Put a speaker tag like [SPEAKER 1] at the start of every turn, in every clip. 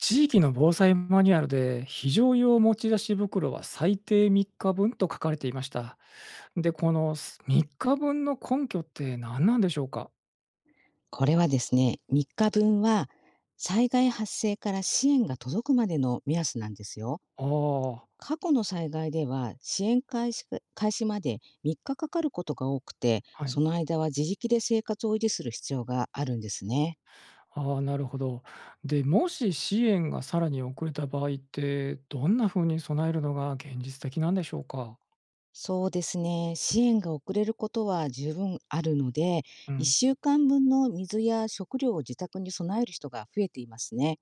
[SPEAKER 1] 地域の防災マニュアルで非常用持ち出し袋は最低3日分と書かれていました。で、この3日分の根拠って何なんでしょうか？
[SPEAKER 2] これはですね、3日分は災害発生から支援が届くまでの目安なんですよ。
[SPEAKER 1] ああー、
[SPEAKER 2] 過去の災害では支援開始まで3日かかることが多くて、
[SPEAKER 1] は
[SPEAKER 2] そ
[SPEAKER 1] い。
[SPEAKER 2] の間は自力で生活を維持する必要があるんですね。
[SPEAKER 1] ああ、なるほど。で、もし支援がさらに遅れた場合って、どんな風に備えるのが現実的なんでしょうか？
[SPEAKER 2] そうですね。支援が遅れることは十分あるので、
[SPEAKER 1] うん。
[SPEAKER 2] 1週間分の水や食料を自宅に備える人が増えていますね。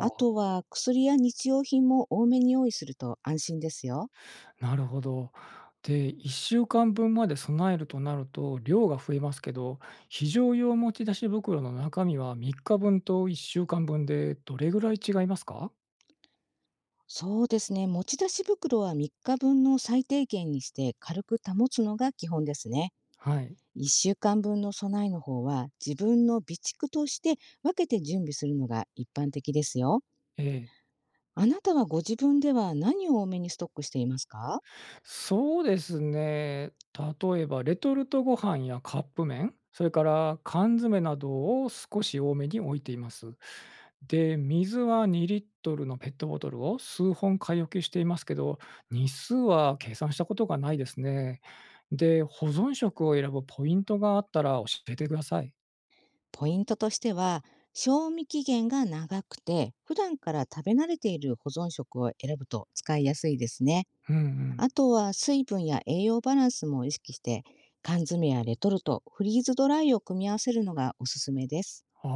[SPEAKER 2] あ
[SPEAKER 1] あ、
[SPEAKER 2] とは薬や日用品も多めに用意すると安心ですよ。
[SPEAKER 1] なるほど。で、1週間分まで備えるとなると、量が増えますけど、非常用持ち出し袋の中身は3日分と1週間分でどれぐらい違いますか？
[SPEAKER 2] そうですね。持ち出し袋は3日分の最低限にして軽く保つのが基本ですね。
[SPEAKER 1] はい。
[SPEAKER 2] 1週間分の備えの方は自分の備蓄として分けて準備するのが一般的ですよ。
[SPEAKER 1] ええ。
[SPEAKER 2] あなたはご自分では何を多めにストックしていますか？
[SPEAKER 1] そうですね。例えばレトルトご飯やカップ麺、それから缶詰などを少し多めに置いています。で、水は2リットルのペットボトルを数本買い置きしていますけど、日数は計算したことがないですね。で、保存食を選ぶポイントがあったら教えてください。
[SPEAKER 2] ポイントとしては、賞味期限が長くて、普段から食べ慣れている保存食を選ぶと使いやすいですね。
[SPEAKER 1] うんう
[SPEAKER 2] あ
[SPEAKER 1] ん。
[SPEAKER 2] とは水分や栄養バランスも意識して、缶詰やレトルト、フリーズドライを組み合わせるのがおすすめです。
[SPEAKER 1] あ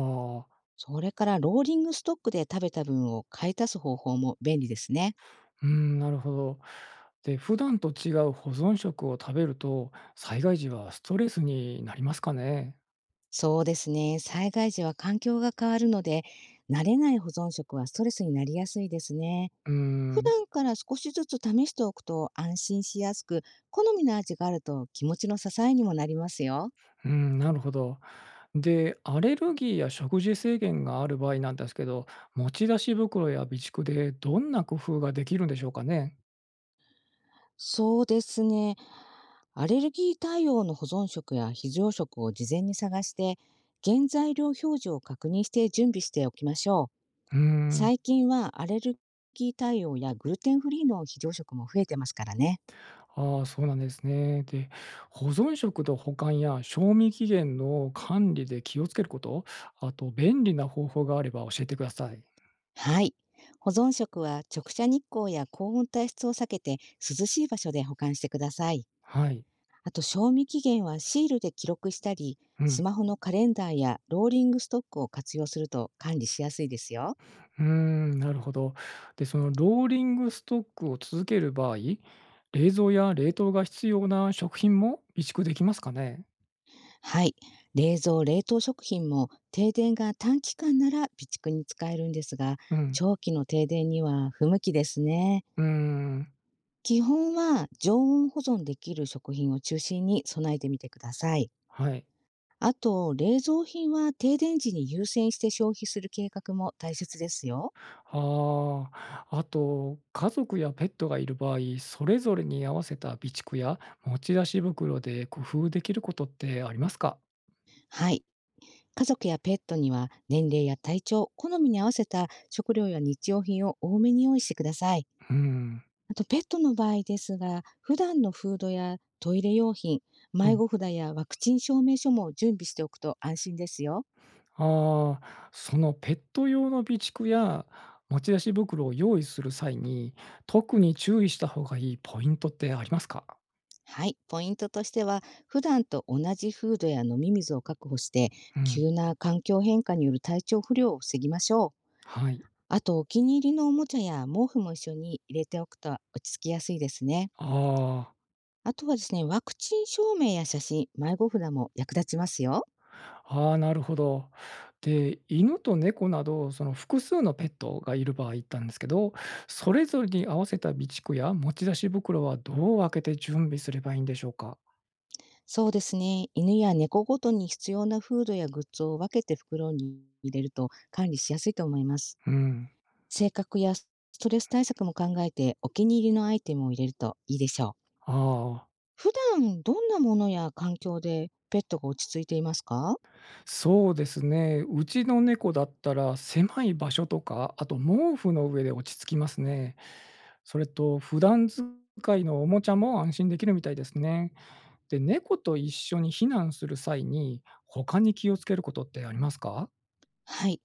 [SPEAKER 1] あ、
[SPEAKER 2] それからローリングストックで食べた分を買い足す方法も便利ですね。
[SPEAKER 1] うん、なるほど。で、普段と違う保存食を食べると、災害時はストレスになりますかね。
[SPEAKER 2] そうですね。災害時は環境が変わるので、慣れない保存食はストレスになりやすいですね。
[SPEAKER 1] うー
[SPEAKER 2] 普
[SPEAKER 1] ん、
[SPEAKER 2] 段から少しずつ試しておくと安心しやすく、好みの味があると気持ちの支えにもなりますよ。
[SPEAKER 1] うん、なるほど。で、アレルギーや食事制限がある場合なんですけど、持ち出し袋や備蓄でどんな工夫ができるんでしょうかね？
[SPEAKER 2] そうですね。アレルギー対応の保存食や非常食を事前に探して、原材料表示を確認して準備しておきましょう。
[SPEAKER 1] うーん、
[SPEAKER 2] 最近はアレルギー対応やグルテンフリーの非常食も増えてますからね。
[SPEAKER 1] ああ、そうなんですね。で、保存食の保管や賞味期限の管理で気をつけること、あと便利な方法があれば教えてください。
[SPEAKER 2] はい。保存食は直射日光や高温体質を避けて涼しい場所で保管してください。
[SPEAKER 1] はい。
[SPEAKER 2] あと賞味期限はシールで記録したり、
[SPEAKER 1] う
[SPEAKER 2] ス
[SPEAKER 1] ん。
[SPEAKER 2] マホのカレンダーやローリングストックを活用すると管理しやすいですよ。
[SPEAKER 1] うーん、なるほど。で、そのローリングストックを続ける場合、冷蔵や冷凍が必要な食品も備蓄できますかね？
[SPEAKER 2] はい。冷蔵・冷凍食品も停電が短期間なら備蓄に使えるんですが、
[SPEAKER 1] うん。
[SPEAKER 2] 長期の停電には不向きですね。
[SPEAKER 1] うーん、
[SPEAKER 2] 基本は常温保存できる食品を中心に備えてみてください。
[SPEAKER 1] はい。
[SPEAKER 2] あと、冷蔵品は停電時に優先して消費する計画も大切ですよ。
[SPEAKER 1] ああ、あと、家族やペットがいる場合、それぞれに合わせた備蓄や持ち出し袋で工夫できることってありますか？
[SPEAKER 2] はい。家族やペットには年齢や体調、好みに合わせた食料や日用品を多めに用意してください。
[SPEAKER 1] うん。
[SPEAKER 2] あとペットの場合ですが、普段のフードやトイレ用品、
[SPEAKER 1] う
[SPEAKER 2] 迷
[SPEAKER 1] ん。
[SPEAKER 2] 子札やワクチン証明書も準備しておくと安心ですよ。
[SPEAKER 1] ああ、そのペット用の備蓄や持ち出し袋を用意する際に、特に注意した方がいいポイントってありますか？
[SPEAKER 2] はい、ポイントとしては、普段と同じフードや飲み水を確保して、
[SPEAKER 1] うん、
[SPEAKER 2] 急な環境変化による体調不良を防ぎましょう。
[SPEAKER 1] はい。
[SPEAKER 2] あと、お気に入りのおもちゃや毛布も一緒に入れておくと落ち着きやすいですね。
[SPEAKER 1] あ
[SPEAKER 2] あとはですね、ワクチン証明や写真、迷子札も役立ちますよ。
[SPEAKER 1] あ、ああ、なるほど。で、犬と猫など、その複数のペットがいる場合なんですけど、それぞれに合わせた備蓄や持ち出し袋はどう分けて準備すればいいんでしょうか？
[SPEAKER 2] そうですね。犬や猫ごとに必要なフードやグッズを分けて袋に入れると管理しやすいと思います。
[SPEAKER 1] うん。
[SPEAKER 2] 性格やストレス対策も考えてお気に入りのアイテムを入れるといいでしょう。
[SPEAKER 1] ああ。
[SPEAKER 2] 普段どんなものや環境でペットが落ち着いていますか？
[SPEAKER 1] そうですね。うちの猫だったら、狭い場所とか、あと毛布の上で落ち着きますね。それと、普段使いのおもちゃも安心できるみたいですね。で、猫と一緒に避難する際に、他に気をつけることってありますか？
[SPEAKER 2] はい。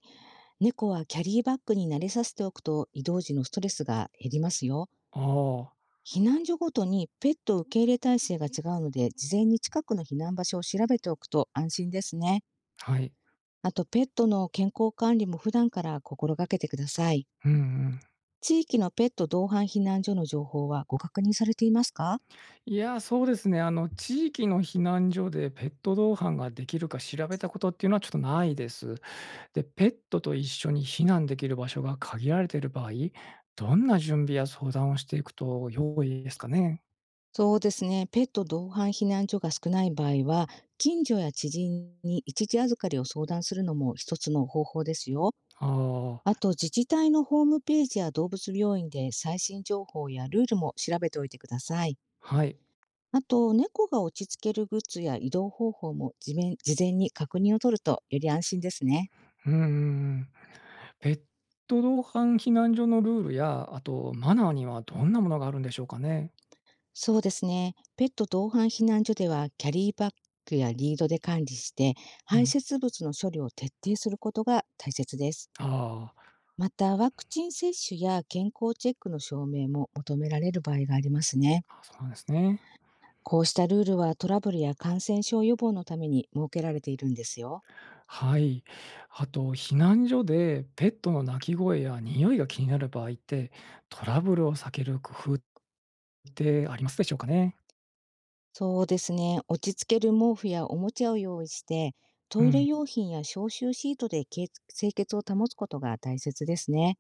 [SPEAKER 2] 猫はキャリーバッグに慣れさせておくと移動時のストレスが減りますよ。
[SPEAKER 1] ああ、
[SPEAKER 2] 避難所ごとにペット受け入れ体制が違うので、事前に近くの避難場所を調べておくと安心ですね。
[SPEAKER 1] はい。
[SPEAKER 2] あと、ペットの健康管理も普段から心がけてください。
[SPEAKER 1] うんうん。
[SPEAKER 2] 地域のペット同伴避難所の情報はご確認されていますか？
[SPEAKER 1] いや、そうですね。地域の避難所でペット同伴ができるか調べたことっていうのはちょっとないです。で、ペットと一緒に避難できる場所が限られている場合、どんな準備や相談をしていくと良いですかね？
[SPEAKER 2] そうですね。ペット同伴避難所が少ない場合は、近所や知人に一時預かりを相談するのも一つの方法ですよ。
[SPEAKER 1] あ
[SPEAKER 2] あ
[SPEAKER 1] あ、
[SPEAKER 2] と、自治体のホームページや動物病院で最新情報やルールも調べておいてください。
[SPEAKER 1] はい。
[SPEAKER 2] あと、猫が落ち着けるグッズや移動方法も事前に確認を取るとより安心ですね。
[SPEAKER 1] うーん。ペット同伴避難所のルールや、あとマナーにはどんなものがあるんでしょうかね？
[SPEAKER 2] そうですね。ペット同伴避難所では、キャリーバッグやリードで管理して、
[SPEAKER 1] う
[SPEAKER 2] 排
[SPEAKER 1] ん。
[SPEAKER 2] 泄物の処理を徹底することが大切です。
[SPEAKER 1] あ
[SPEAKER 2] また、ワクチン接種や健康チェックの証明も求められる場合がありますね。
[SPEAKER 1] あ、そうなんですね。
[SPEAKER 2] こうしたルールはトラブルや感染症予防のために設けられているんですよ。
[SPEAKER 1] はい。あと避難所でペットの鳴き声や匂いが気になる場合って、トラブルを避ける工夫ってありますでしょうかね？
[SPEAKER 2] そうですね。落ち着ける毛布やおもちゃを用意して、
[SPEAKER 1] う
[SPEAKER 2] トイレ
[SPEAKER 1] ん。
[SPEAKER 2] 用品や消臭シートで清潔を保つことが大切ですね。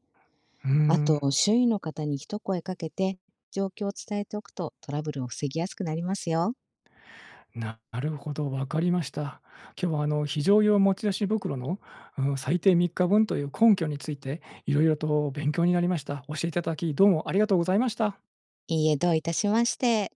[SPEAKER 1] うー
[SPEAKER 2] あ
[SPEAKER 1] ん。
[SPEAKER 2] と、周囲の方に一声かけて、状況を伝えておくとトラブルを防ぎやすくなりますよ。
[SPEAKER 1] なるほど、わかりました。今日は非常用持ち出し袋の、うん、最低3日分という根拠についていろいろと勉強になりました。教えていただき、どうもありがとうございました。
[SPEAKER 2] いいえ、どういたしまして。